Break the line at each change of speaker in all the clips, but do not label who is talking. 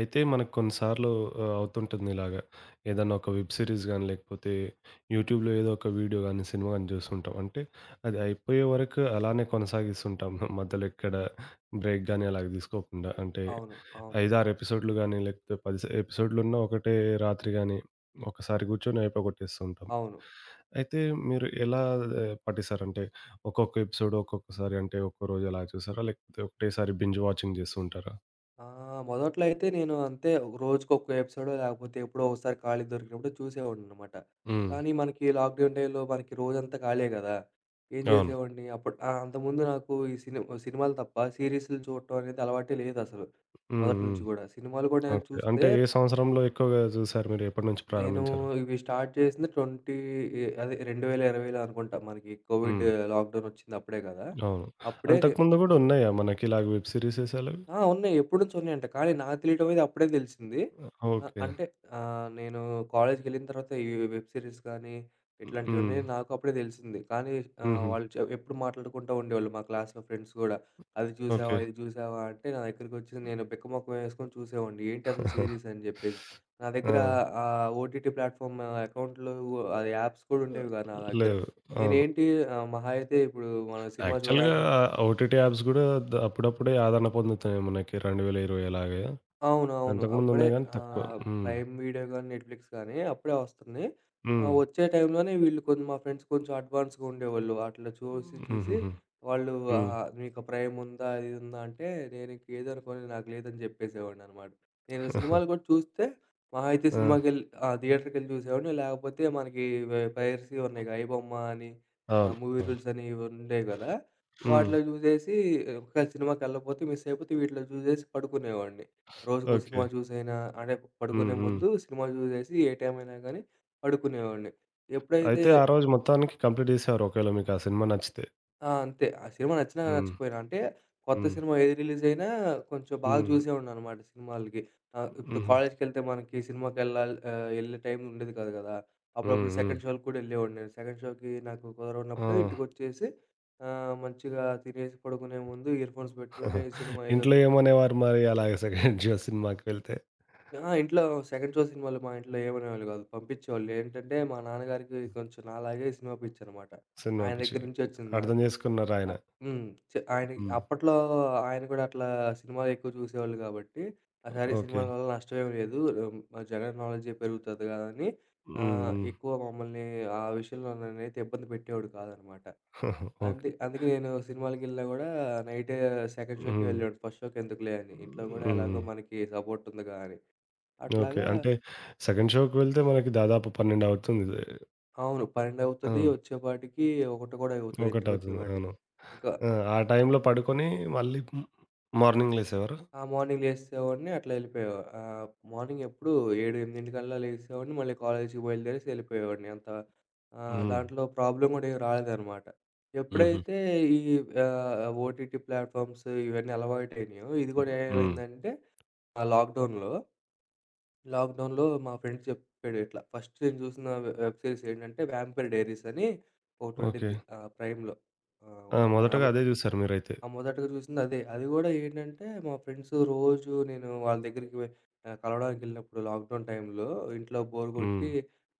అయితే మనకు కొన్నిసార్లు అవుతుంటుంది ఇలాగ. ఏదన్నా ఒక వెబ్ సీరీస్ గాని, లేకపోతే యూట్యూబ్‌లో ఏదో ఒక వీడియో గాని, సినిమా గాని చూస్తుంటాం. అంటే అది అయిపోయే వరకు అలానే కొనసాగిస్తుంటాం. మధ్యలో ఎక్కడ బ్రేక్ గాని అలాగ తీసుకోకుండా. అంటే
అవును. అవును.
5, 6 ఎపిసోడ్‌లు గాని, లేకపోతే 10 ఎపిసోడ్‌లున్న ఒకటే రాత్రి గాని, ఒకసారి కూర్చొని అయిపోగొట్టేస్తూ ఉంటాం.
అవును.
అయితే మీరు ఎలా పాటిస్తారంటే ఒక్కొక్క ఎపిసోడ్ ఒక్కొక్కసారి అంటే ఒక్కో రోజు అలా చూసారా? లేకపోతే ఒకటేసారి బింజ్ వాచింగ్ చేస్తూ ఉంటారా?
మొదట్లో అయితే నేను అంతే రోజుకొక ఎపిసోడో లేకపోతే ఎప్పుడో ఒకసారి ఖాళీ దొరికినప్పుడు చూసేవాడిననమాట.
హ్మ్.
కానీ మనకి లాక్‌డౌన్ టైమ్‌లో మనకి రోజంతా ఖాళీయే గదా! ఏం
అవును.
చేసేవాడిని అప్పుడు అంతకుముందు నాకు ఈ సినిమాలు తప్ప సీరీస్‌లు చూడటం అనేది అలవాటే లేదసలు.
హ్మ్.
మొదటి
హ్మ్.
నుంచి గూడా. సినిమాలు కూడా నేను
ఓకే.
చూస్తే
అంటే ఏ సంవత్సరంలో ఎక్కువగా చూసారు మీరు? ఎప్పటినుంచి
నేను
ప్రారంభించారు?
ఇవి స్టార్ట్ చేసింది 20 అదే 2020లో అనుకుంటా. మనకి కోవిడ్
హ్మ్.
లాక్‌డౌన్ వచ్చింది అప్పుడే గదా!
అవును.
అప్పుడే
అంతకుముందు గూడా ఉన్నాయా మనకి ఇలాగ వెబ్ సీరీసెస్ అలావి?
ఆ! ఉన్నాయి. ఎప్పటినుంచో ఉన్నాయంట. కానీ నాకు తెలియటం అనేది అప్పుడే తెలిసింది.
ఓకే.
అంటే నేను కాలేజ్‌కెళ్ళిన తర్వాత ఈ వెబ్ సిరీస్ కానీ, ఇట్లాంటివన్నీ
హ్మ్.
నాకు అప్పుడే తెలిసింది. కానీ
హుహు.
వాళ్ళు ఎప్పుడు మాట్లాడుకుంటూ ఉండేవాళ్ళు మా క్లాస్‌లో ఫ్రెండ్స్ గూడా. "అది చూసావా?
ఓకే.
ఇది చూసావా?" అంటే నా దగ్గరికొచ్చి నేను బిక్కమొఖం యేసుకొని చూసేవాడిని. "ఏంటి అసలు సీరీస్" అని జెప్పేసి. నా
ఆ!
దగ్గర ఓటీటీ ప్లాట్‌ఫామ్ అకౌంట్లు అది యాప్స్ కూడా ఉండేవి కాదు నా దగ్గర.
లేవు. అవును.
నేనేంటి మహా అయితే ఇప్పుడు మనం సినిమా
యాక్చువల్‌గా
చూడాలనుకుంటే
ఓటీటీ యాప్స్ గూడా అప్పుడప్పుడే ఆదరణ పొందుతున్నాయి మనకి 2020 అలాగే.
అవునవును.
అంతకుముందు
అప్పుడే
ఉన్నాయి గానీ తక్కువ.
ఆహ్,
హ్మ్.
ప్రైమ్ వీడియో గాని, నెట్‌ఫ్లిక్స్ గాని అప్పుడే వస్తుంది.
హ్మ్.
వచ్చే టైంలోనే వీళ్ళు కొంచెం మా ఫ్రెండ్స్ కొంచెం అడ్వాన్స్‌గా ఉండేవాళ్ళు. అట్లా చూసి, చూసి
హుహుహు.
వాళ్ళు
హ్మ్.
"నీకు ప్రైమ్ ఉందా? అది ఉందా?" అంటే నేను ఇంకేదనుకోని నాకు లేదని చెప్పేసేవాడిననమాట. నేను సినిమాలు కూడా చూస్తే మహా అయితే
ఆ!
సినిమాకెళ్ళి ఆ! థియేటర్‌కెళ్ళి చూసేవాడిని. లేకపోతే మనకి పైరసీ ఉన్నాయిగా ఐబొమ్మ అని
అవును.
మూవీ
అవును.
రూల్స్ అని ఇవి ఉండేవి కదా!
హ్మ్.
వాటిలో చూసేసి ఒకవేళ సినిమాకెళ్ళకపోతే మిస్ అయిపోతే వీటిలో చూసేసి పడుకునేవాడిని. రోజుకో
ఓకే.
సినిమా చూసైనా అంటే
హ్మ్.
పడుకునే
హ్మ్.
ముందు సినిమా చూసేసి ఏ టైం అయినా గానీ పడుకునేవాడిని. ఎప్పుడైతే
అయితే ఆ రోజు మొత్తానికి కంప్లీట్ చేసేవారు ఒకవేళ మీకు ఆ సినిమా నచ్చితే.
ఆ! అంతే. ఆ సినిమా నచ్చినా
హ్మ్.
నచ్చకపోయినా అంటే కొత్త
హ్మ్.
సినిమా ఏది రిలీజ్ అయినా కొంచెం బాగా
హ్మ్.
చూసేవాడిననమాట సినిమాలకి. ఇప్పుడు
హుహు.
కాలేజ్‌కెళ్తే మనకి సినిమాకెళ్ళాలి యెళ్ళే టైం ఉండేది కాదు గదా! అప్పుడప్పుడు
హ్మ్. హ్మ్.
సెకండ్ షో‌కి కూడా యెళ్ళేవాడిని నేను. సెకండ్ షో‌కి నాకు
ఆ!
కుదరనప్పుడు ఇంటికొచ్చేసి మంచిగా తినేసి పడుకునే ముందు ఇయర్‌ఫోన్స్ పెట్టుకొని సినిమా
ఇంట్లో
ఏదోకటి.
ఏమనేవారు మరి అలాగ సెకండ్ షో సినిమాకి వెళ్తే?
ఆ! ఇంట్లో సెకండ్ షో సినిమాలు మా ఇంట్లో ఏమనేవాళ్ళు గాదు. పంపించేవాళ్ళు. ఏంటంటే మా నాన్నగారికి కొంచెం నాలాగే సినిమా పిచ్చనమాట.
సినిమా
ఆయన దగ్గర
పిచ్చికి.
నుంచే ఒచ్చింది
అర్థం
నాకు.
చేసుకున్నారాయన.
హ్మ్. ఆయనకి
హ్మ్.
అప్పట్లో ఆయన కూడా అట్లా సినిమాలు ఎక్కువ చూసేవాళ్ళు గాబట్టి, ఆ! సరే
ఓకే.
సినిమాల వల్ల నష్టమేమి లేదు. హ్మ్. జనరల్ నాలెడ్జ్ పెరుగుతది గదా! అని
హ్మ్. హ్మ్.
ఎక్కువ మమ్మల్ని ఆ విషయంలో నన్నైతే ఇబ్బంది పెట్టేవాడు కాదనమాట.
ఓకే.
అంతే అందుకే నేను సినిమాలకెళ్ళినా గూడా నైటే సెకండ్ షోకే
హ్మ్.
వెళ్ళేవాడిని. ఫస్ట్ షోకి ఎందుకులే అని. ఇంట్లో
హ్మ్.
గూడా ఎలాగో
హ్మ్.
మనకి సపోర్ట్ ఉందిగా అని.
ఓకే.
అట్లాగా
అంటే సెకండ్ షోకి వెళ్తే మనకి దాదాపు 12 అవుతుంది.
అవును. 12
ఆ!
అవుతది. వచ్చేపాటికి 1 కూడా అవుతది
1 అవుతుంది.
ఇంటికొచ్చేపాటికి.
అవును.
ఇంకా
ఆ! ఆ టైంలో పడుకొని మళ్ళీ మార్నింగ్ లేసేవారా?
ఆ! మార్నింగ్ లేసేసేవాడిని మార్నింగ్ ఎప్పుడు 7, 8 లేసేసేవాడిని. మళ్ళీ కాలేజీకి బయలుదేరేసి ఎళ్ళిపోయేవాడిని. అంత
హ్మ్.
దాంట్లో ప్రాబ్లమ్ కూడా ఏం రాలేదనమాట.
హుహు.
ఎప్పుడైతే ఈ ఓటీటీ ప్లాట్‌ఫామ్స్ ఇవన్నీ అలవాటయినాయో, ఇది కూడా
హ్మ్. హ్మ్.
ఏమైందంటే ఆ లాక్‌డౌన్‌లో లాక్‌డౌన్‌లో మా ఫ్రెండ్ చెప్పాడు ఇట్లా. ఫస్ట్ నేను చూసిన వెబ్ సిరీస్ ఏంటంటే 'వ్యాంపైర్ డైరీస్' అని
ఓకే.
ఒకటుండిద్ది. ప్రైమ్‌లో. ఆహ్,
ఆ!
మన అబ్
మొదటగా అదే జూసారు మీరైతే.
ఆహ్, మొదటగా చూసింది అదే. అది కూడా ఏంటంటే మా ఫ్రెండ్స్ రోజు నేను వాళ్ళ దగ్గరికి కలవడానికెళ్ళినప్పుడు లాక్‌డౌన్ టైంలో ఇంట్లో బోర్
హ్మ్.
కొట్టి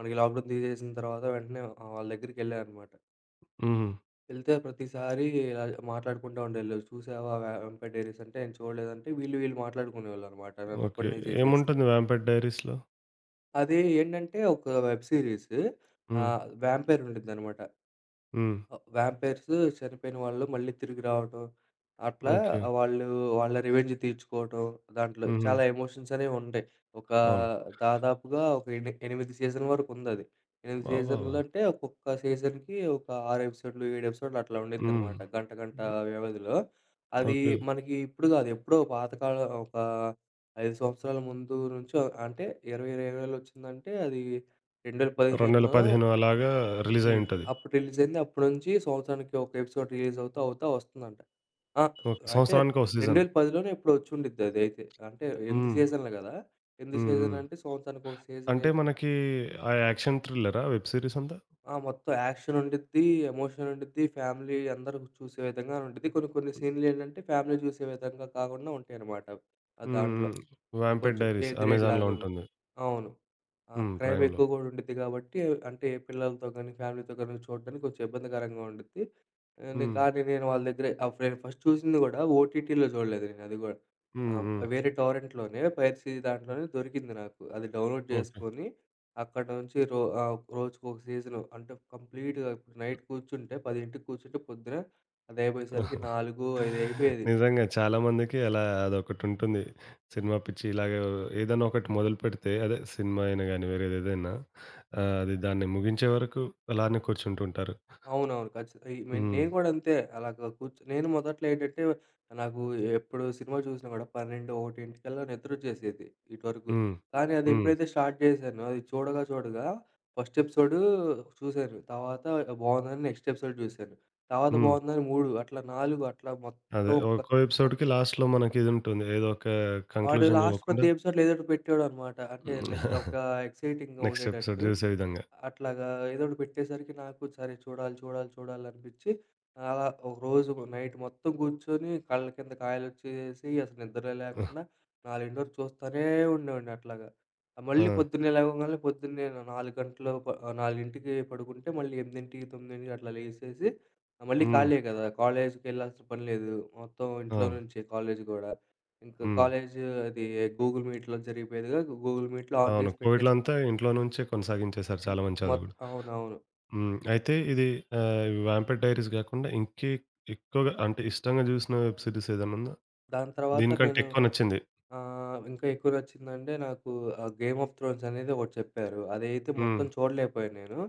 మనకి లాక్‌డౌన్ తీసేసిన తర్వాత వెంటనే వాళ్ళ దగ్గరికెళ్ళాననమాట.
హుహు.
వెళ్తే ప్రతిసారి ఇలా మాట్లాడుకుంటా ఉండేవాళ్ళు. "చూసావా 'వ్యాంపైర్ డైరీస్' అంటే?" నేను చూడలేదంటే వీళ్ళు వీళ్ళు మాట్లాడుకునేవాళ్ళనమాట నన్ను
ఓకే.
ఒక్కడినే చేసేసి.
ఏముంటుంది 'వ్యాంపేట్ డైరీస్‌లో'?
అది ఏంటంటే ఒక వెబ్ సీరీస్.
హ్మ్.
'వ్యాంపైర్' ఉండిద్దనమాట.
హ్మ్.
వ్యాంపైర్స్ చనిపోయిన వాళ్ళు మళ్ళీ తిరిగి రావటం. అట్లా
ఓకే.
వాళ్ళు వాళ్ళ రివెంజ్ తీర్చుకోవటం. దాంట్లో
హుహు.
చాలా ఎమోషన్స్ అనేవుంటాయి. ఒక
అవును.
దాదాపుగా ఒక 8 సీజన్ వరకుందది. 8
అబ్బబ్బా!
సీజన్‌లు అంటే ఒక్కొక్క సీజన్‌కి ఒక 6 ఎపిసోడ్‌లు, 7 ఎపిసోడ్‌లు అట్లా
హ్మ్.
ఉండిద్దనమాట. గంట గంట
హ్మ్.
వ్యవధిలో. అది
ఓకే.
మనకి ఇప్పుడు గాదు. ఎప్పుడో పాతకాలం ఒక 5 సంవత్సరాల ముందు నుంచో అంటే 2020లో వచ్చిందంటే అది 2015లోనో.
2015 అలాగా
హ్మ్.
రిలీజయ్యుంటది.
అప్పుడు రిలీజయింది. అప్పటి నుంచి సంవత్సరానికి ఒక ఎపిసోడ్ రిలీజ్ అవుతా, అవుతా వస్తుందంట. ఆ!
ఓకే.
అంటే
సంవత్సరానికో సీజన్.
2010లోనే ఎప్పుడో వచ్చుండిద్ది అదైతే. అంటే 8
హ్మ్.
సీజన్‌లు గదా! 8
హ్మ్. హ్మ్.
సీజన్‌లంటే సంవత్సరానికి ఒక
అంటే
సీజనేస్.
మనకి ఆ యాక్షన్ థ్రిల్లరా వెబ్ సీరీస్ అంతా?
ఆ! మొత్తం యాక్షన్ ఉండిద్ది, ఎమోషన్ ఉండిద్ది, ఫ్యామిలీ అందరూ చూసే విధంగా ఉండిద్ది. కొన్ని కొన్ని
హ్మ్.
సీన్‌లేంటంటే ఫ్యామిలీ చూసే విధంగా కాకుండా ఉంటాయన్నమాట. ఆ దాంట్లో.
హ్మ్.
ఆ!
'వ్యాంపేట్
కొంచెం ఏ
డైరీస్'
గ్రేడ్
అమెజాన్‌లో
లాగుండి
ఉంటుంది.
అవును. ఆ!
హ్మ్.
క్రైమ్
ప్రైమ్‌లో.
ఎక్కువ గూడా ఉండిద్ది గాబట్టి, అంటే పిల్లలతో గానీ, ఫ్యామిలీతో గానీ చూడడానికి కొంచెం ఇబ్బందికరంగా ఉండిద్ది. ఆహ్, నే
హ్మ్.
కానీ నేను వాళ్ళ దగ్గరే అప్పుడు నేను ఫస్ట్ చూసింది గూడా ఓటీటీలో చూడలేదు నేను అది గూడా.
హ్మ్.
ఆహ్,
హ్మ్.
వేరే టొరెంట్‌లోనే పైరసీ దాంట్లోనే దొరికింది నాకు. అది డౌన్‌లోడ్ చేసుకొని, అక్కడి నుంచి రోజుకొక సీజను అంటే కంప్లీట్‌గా ఇప్పుడు నైట్ కూర్చుంటే 10కి కూర్చుంటే పొద్దున అది అయిపోయేసరికి
ఓకే.
4, 5 అయిపోయేది.
నిజంగా చాలామందికి అలా అదొకటుంటుంది. సినిమా పిచ్చి ఇలాగ ఏదైనా ఒకటి మొదలుపెడితే అదే సినిమా అయినా గానీ, వేరేదేదైనా అది దాన్ని ముగించే వరకు అలానే కూర్చుంటుంటారు.
అవునవును. ఖచ్చిత ఈ మెన్
హ్మ్.
నేను కూడా అంతే. అలాగ కూర్చొని నేను మొదట్లో ఏంటంటే, నాకు ఎప్పుడు సినిమా చూసినా కూడా 12, 1 నిద్రొచ్చేసేది ఇటువరకు.
హ్మ్.
కానీ అది
హ్మ్.
ఎప్పుడైతే స్టార్ట్ చేశానో, అది చూడగా చూడగా ఫస్ట్ ఎపిసోడు చూశాను. తర్వాత బావుందని నెక్స్ట్ ఎపిసోడ్ చూశాను. తర్వాత
హ్మ్.
బావుందని 3 అట్లా 4 అట్లా మొత్తం
అదే
ఒక్క
ఒక్కో
ఒక్
ఎపిసోడ్‌కి లాస్ట్‌లో మనకిదుంటుంది. ఏదో ఒక
వాడు
కంక్లూజన్
లాస్ట్ ప్రతి
ఇవ్వకుండా
ఎపిసోడ్‌లో ఏదో ఒకటి పెట్టేవాడనమాట. అంటే, ఒక ఎక్సైటింగ్‌గా
నెక్స్ట్
ఉండేటట్టు.
ఎపిసోడ్ జూసే విధంగా.
అట్లాగా ఏదో ఒకటి పెట్టేసరికి నాకు సరే చూడాలి, చూడాలి, చూడాలి అనిపిచ్చి అలా ఒకరోజు నైట్ మొత్తం కూర్చొని కళ్ళ కింద కాయలొచ్చేసి అసలు నిద్రే లేకుండా 4 వరకు చూస్తానే ఉండేవాడిని అట్లాగా. ఆ
ఆ!
మళ్ళీ పొద్దున్నే లేవగాల్నే పొద్దున్నే 4 గంటలు 4కి పడుకుంటే మళ్ళీ 8, 9 అట్లా లేసేసి ఆ మళ్ళీ
హ్మ్.
ఖాళీయే కదా! కాలేజ్‌కెళ్ళాల్సిన పని లేదు. మొత్తం ఇంట్లో
అవును.
నుంచే కాలేజ్ గూడా. ఇంకా
హ్మ్.
కాలేజ్ అది గూగుల్ మీట్‌లో జరిగిపోయేదిగా గూగుల్ మీట్‌లో ఆన్
అవును.
చేసి
కోవిడ్‌లో
పెట్టేసుకు.
అంతా ఇంట్లో నుంచే కొనసాగించేశారు
హ్మ్.
చాలా మంది చదువు గూడా.
అవునవును.
హ్మ్. అయితే ఇది 'వ్యాంపైర్ డైరీస్' గాకుండా ఇంకే ఎక్కువగా అంటే ఇష్టంగా జూసిన వెబ్ సిరీస్ ఏదైనా ఉందా?
దాని తర్వాత
దీనికంటే
నేను
ఎక్కువ నచ్చింది.
ఇంకా ఎక్కువ నచ్చిందంటే నాకు 'గేమ్ ఆఫ్ థ్రోన్స్' అనేది ఒకటి చెప్పారు. అదైతే మొత్తం
హ్మ్.
చూడలేకపోయాను నేను.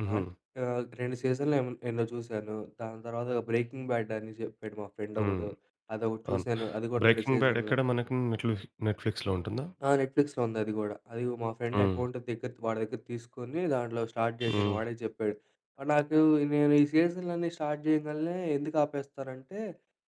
హుహు.
అంట్ 2 సీజన్‌లు ఏమో ఎన్నో చూసాను. దాని తర్వాత 'బ్రేకింగ్ బ్యాడ్' అని చెప్పాడు మా ఫ్రెండ్
హ్మ్.
ఒకడు. అదొకటి
అవును.
చూసాను. అది కూడా 2
'బ్రేకింగ్ బ్యాడ్'
సీజన్‌లు.
ఎక్కడ మనకి నెట్‌ఫ్లిక్స్‌లో ఉంటుందా?
ఆ! నెట్‌ఫ్లిక్స్‌లో ఉందది గూడా. అది మా ఫ్రెండ్
హ్మ్.
అకౌంట్ దగ్గర వాడి దగ్గర తీసుకొని దాంట్లో స్టార్ట్ చేశాను.
హ్మ్.
వాడే చెప్పాడు. ఆహ్, నాకు నేను ఈ సీరీస్‌లన్నీ స్టార్ట్ చేయంగాల్నే ఎందుకు ఆపేస్తారంటే,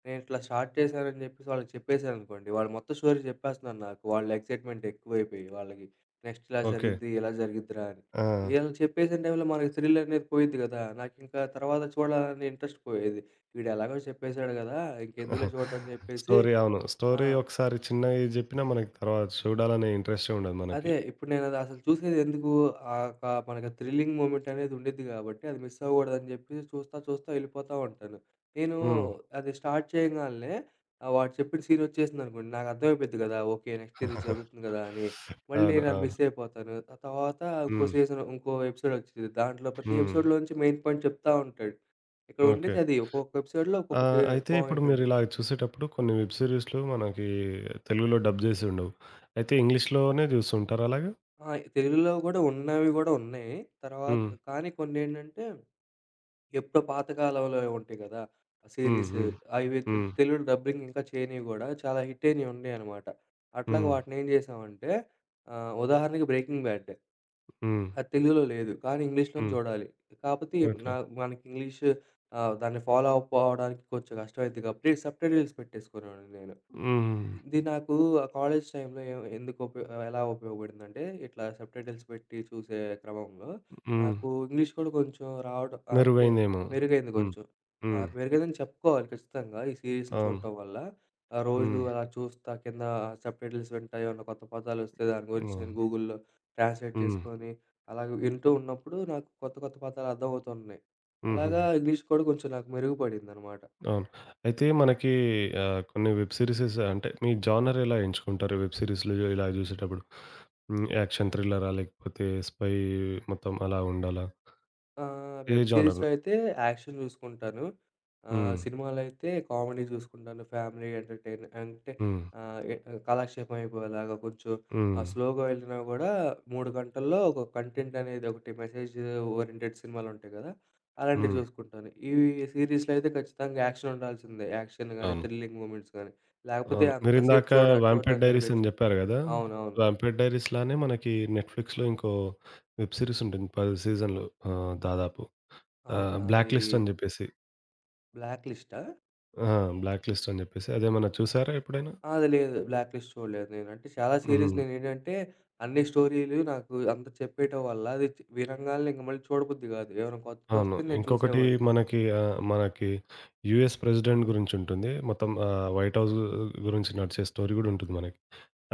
నేను ఇట్లా స్టార్ట్ చేశానని చెప్పేసి వాళ్ళకి చెప్పేసాననుకోండి, వాళ్ళు మొత్తం స్టోరీ చెప్పేస్తున్నారు నాకు. వాళ్ళ ఎక్సైట్‌మెంట్ ఎక్కువైపోయి వాళ్ళకి. నెక్స్ట్ ఇలా
ఓకే.
జరిగిద్ది, ఇలా జరిగిద్దిరా అని.
ఆ!
ఈళ్ళు చెప్పేసిన టైంలో మనకి థ్రిల్ అనేది పోయిద్ది కదా! నాకింకా తర్వాత చూడాలనే ఇంట్రెస్ట్ పోయేది. వీడు ఎలాగో చెప్పేసాడు కదా! ఇంకెందుకులే చూడటం అని చెప్పేసి
స్టోరీ అవును.
ఆ!
స్టోరీ ఒకసారి చిన్నగా జెప్పినా మనకి తర్వాత చూడాలనే ఇంట్రెస్టే ఉండదు మనకి.
అదే. ఇప్పుడు నేనది అసలు చూసేదెందుకు? ఒక మనకి థ్రిల్లింగ్ మూమెంట్ అనేది ఉండిద్ది గాబట్టి, అది మిస్ అవ్వకూడదని జెప్పి చూస్తా, చూస్తా ఎళ్ళిపోతా ఉంటాను. నేను
హ్మ్.
అది స్టార్ట్ చేయంగాలనే వాడు చెప్పిన సీన్ ఒచ్చేసిందనుకోండి, నాకు అర్థమైపోద్ది గదా! ఓకే. నెక్స్ట్ ఇది జరుగుతుంది గదా! అని. మళ్ళీ
అవును.
నేనది
అవును.
మిస్ అయిపోతాను. ఆ తర్వాత ఇంకో
హ్మ్.
సీజన్, ఇంకో ఎపిసోడ్ ఒచ్చేది. దాంట్లో ప్రతి
హ్మ్.
ఎపిసోడ్‌లోంచి మెయిన్ పాయింట్ చెప్తా ఉంటాడు. ఇక్కడ
ఓకే.
ఉండేది అది. ఒక్కొక్క ఎపిసోడ్‌లో
ఆ!
ఒక్కొక్కటి
అయితే ఇప్పుడు
పాయింట్ ఉండిద్ది.
మీరిలాగ చూసేటప్పుడు కొన్ని వెబ్ సీరీస్‌లు మనకి తెలుగులో డబ్ జేసి ఉండవు. అయితే ఇంగ్లీష్‌లోనే జూస్తుంటారా అలాగా?
ఆ! తెలుగులో గూడా ఉన్నవి గూడా ఉన్నాయి. తర్వాత
హ్మ్.
కానీ కొన్నేంటంటే ఎప్పుడో పాతకాలంలోవి ఉంటాయి గదా! ఆ
హ్మ్.
సీరీస్
హ్మ్.
అవి
హ్మ్.
తెలుగు డబ్బింగ్ ఇంకా చేయనివి గూడా చాలా హిట్ అయినయి ఉన్నాయన్నమాట. అట్లాగా
హ్మ్.
వాటినేం జేసామంటే ఉదాహరణకి 'బ్రేకింగ్ బ్యాడ్.'
హ్మ్.
అది తెలుగులో లేదు. కానీ ఇంగ్లీష్‌లోనే
హ్మ్.
చూడాలి. కాపోతే
ఓకే.
నా మనకి ఇంగ్లీష్ దాన్ని ఫాలో అవ్వకపోవడానికి కొంచెం కష్టమైద్ది కాబట్టి సబ్‌టైటిల్స్ పెట్టేసుకునేవాడిని నేను.
హ్మ్.
ఇది నాకు ఆ కాలేజ్ టైమ్‌లో ఎ ఎందుకు ఉపయో ఎలా ఉపయోగపడిందంటే ఇట్లా సబ్‌టైటిల్స్ పెట్టి చూసే క్రమంలో
హ్మ్.
నాకు ఇంగ్లీష్ కూడా కొంచెం రావడం అంటే
మెరుగైందేమో.
మెరుగైంది
హ్మ్.
కొంచెం.
హ్మ్.
మెరుగైందని చెప్పుకోవాలి ఖచ్చితంగా ఈ సీరీస్‌లు
అవును.
చూడటం వల్ల. ఆ రోజు
హ్మ్.
అలా చూస్తా కింద సబ్‌టైటిల్స్ వింటా ఏమన్నా కొత్త పదాలొస్తే దాని గురించి నేను
అవును.
గూగుల్‌లో ట్రాన్స్‌లేట్
హ్మ్.
చేసుకొని అలాగ వింటూ ఉన్నప్పుడు నాకు కొత్త కొత్త పదాలు అర్థమవుతున్నాయి.
హుహు.
అలాగా ఇంగ్లీష్ కూడా కొంచెం నాకు మెరుగుపడిందనమాట.
అవును. అయితే మనకి కొన్ని వెబ్ సీరీసెస్ అంటే మీ జానర్ ఎలా ఎంచుకుంటారు వెబ్ సీరీస్‌లు ఇలా జూసేటప్పుడు? హ్మ్. యాక్షన్ థ్రిల్లరా? లేకపోతే స్పై మొత్తం అలా ఉండాలా? ఏ
వెబ్ సిరీస్‌లో
జోనరు.
అయితే యాక్షన్ జూసుకుంటాను.
హ్మ్.
సినిమాలైతే కామెడీ జూసుకుంటాను. ఫ్యామిలీ ఎంటర్‌టైన్ అంటే
హ్మ్.
ఆహ్, ఎ కాలక్షేపం అయిపోయేలాగా కొంచెం
హ్మ్.
స్లోగా వెళ్ళినా గూడా 3 గంటల్లో ఒక కంటెంట్ అనేది ఒకటి మెసేజ్ ఓరియెంటెడ్ సినిమాలుంటాయి గదా! అలాంటివి
హ్మ్.
జూసుకుంటాను. ఈ సీరీస్‌లో అయితే ఖచ్చితంగా యాక్షన్ ఉండాల్సిందే. యాక్షన్ గాని,
అవును.
థ్రిల్లింగ్ మూమెంట్స్ గాని, లేకపోతే
అవును.
అంతసేపు
మీరిందాక 'వాంపైర్
చూడడానికి
డైరీస్' అని
అనిపించదు.
జెప్పారు గదా!
అవునవును.
'వాంపైర్ డైరీస్' లానే మనకి నెట్‌ఫ్లిక్స్‌లో ఇంకో వెబ్ సీరీస్ ఉంటుంది 10 సీజన్‌లు దాదాపు.
అవును. అది
'బ్లాక్ లిస్ట్' అని జెప్పేసి.
బ్లాక్ లిస్టా?
ఆ! 'బ్లాక్ లిస్ట్' అని జెప్పేసి. అదేమన్నా చూసారా ఎప్పుడైనా?
ఆ! అది లేదు. బ్లాక్ లిస్ట్ చూడలేదు నేను. అంటే చాలా సీరీస్
హ్మ్.
నేనేంటంటే అన్ని స్టోరీలు నాకు అంత చెప్పేయటం వల్ల అది వినంగాల్నే ఇంక మళ్ళీ చూడబుద్ధి కాదు. ఏమైనా
అవును.
కొత్తదొస్తే నేను
ఇంకొకటి
చూసేవాడిని.
మనకి మనకి యూఎస్ ప్రెసిడెంట్ గురించుంటుంది. మొత్తం వైట్ హౌస్ గురించి నడిచే స్టోరీ గూడా ఉంటుంది మనకి.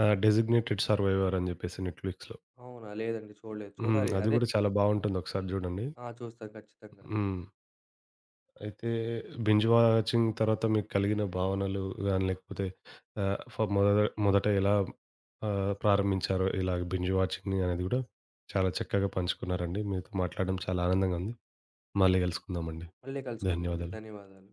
'డెసిగ్నేటెడ్ సర్వైవర్' అని జెప్పేసి నెట్‌ఫ్లిక్స్‌లో.
అవునా? లేదండి చూడలేదు.
హ్మ్.
చూడాలి.
అది
అదే
గూడా చాలా బావుంటుంది. ఒకసారి జూడండి.
ఆ! చూస్తాను ఖచ్చితంగా.
హ్మ్. అయితే బింజ్ వాచింగ్ తర్వాత మీకు కలిగిన భావనలు గాని, లేకపోతే ఆహ్, ఫ మొద మొదట ఎలా ప్రారంభించారో ఇలాగ బింజ్ వాచింగ్‌ని అనేది గూడా చాలా చక్కగా పంచుకున్నారండి. మీతో మాట్లాడడం చాలా ఆనందంగా ఉంది. మళ్ళీ గలుసుకుందామండి.
మళ్ళీ కలుసుకుందామండి.
ధన్యవాదాలు.
ధన్యవాదాలు.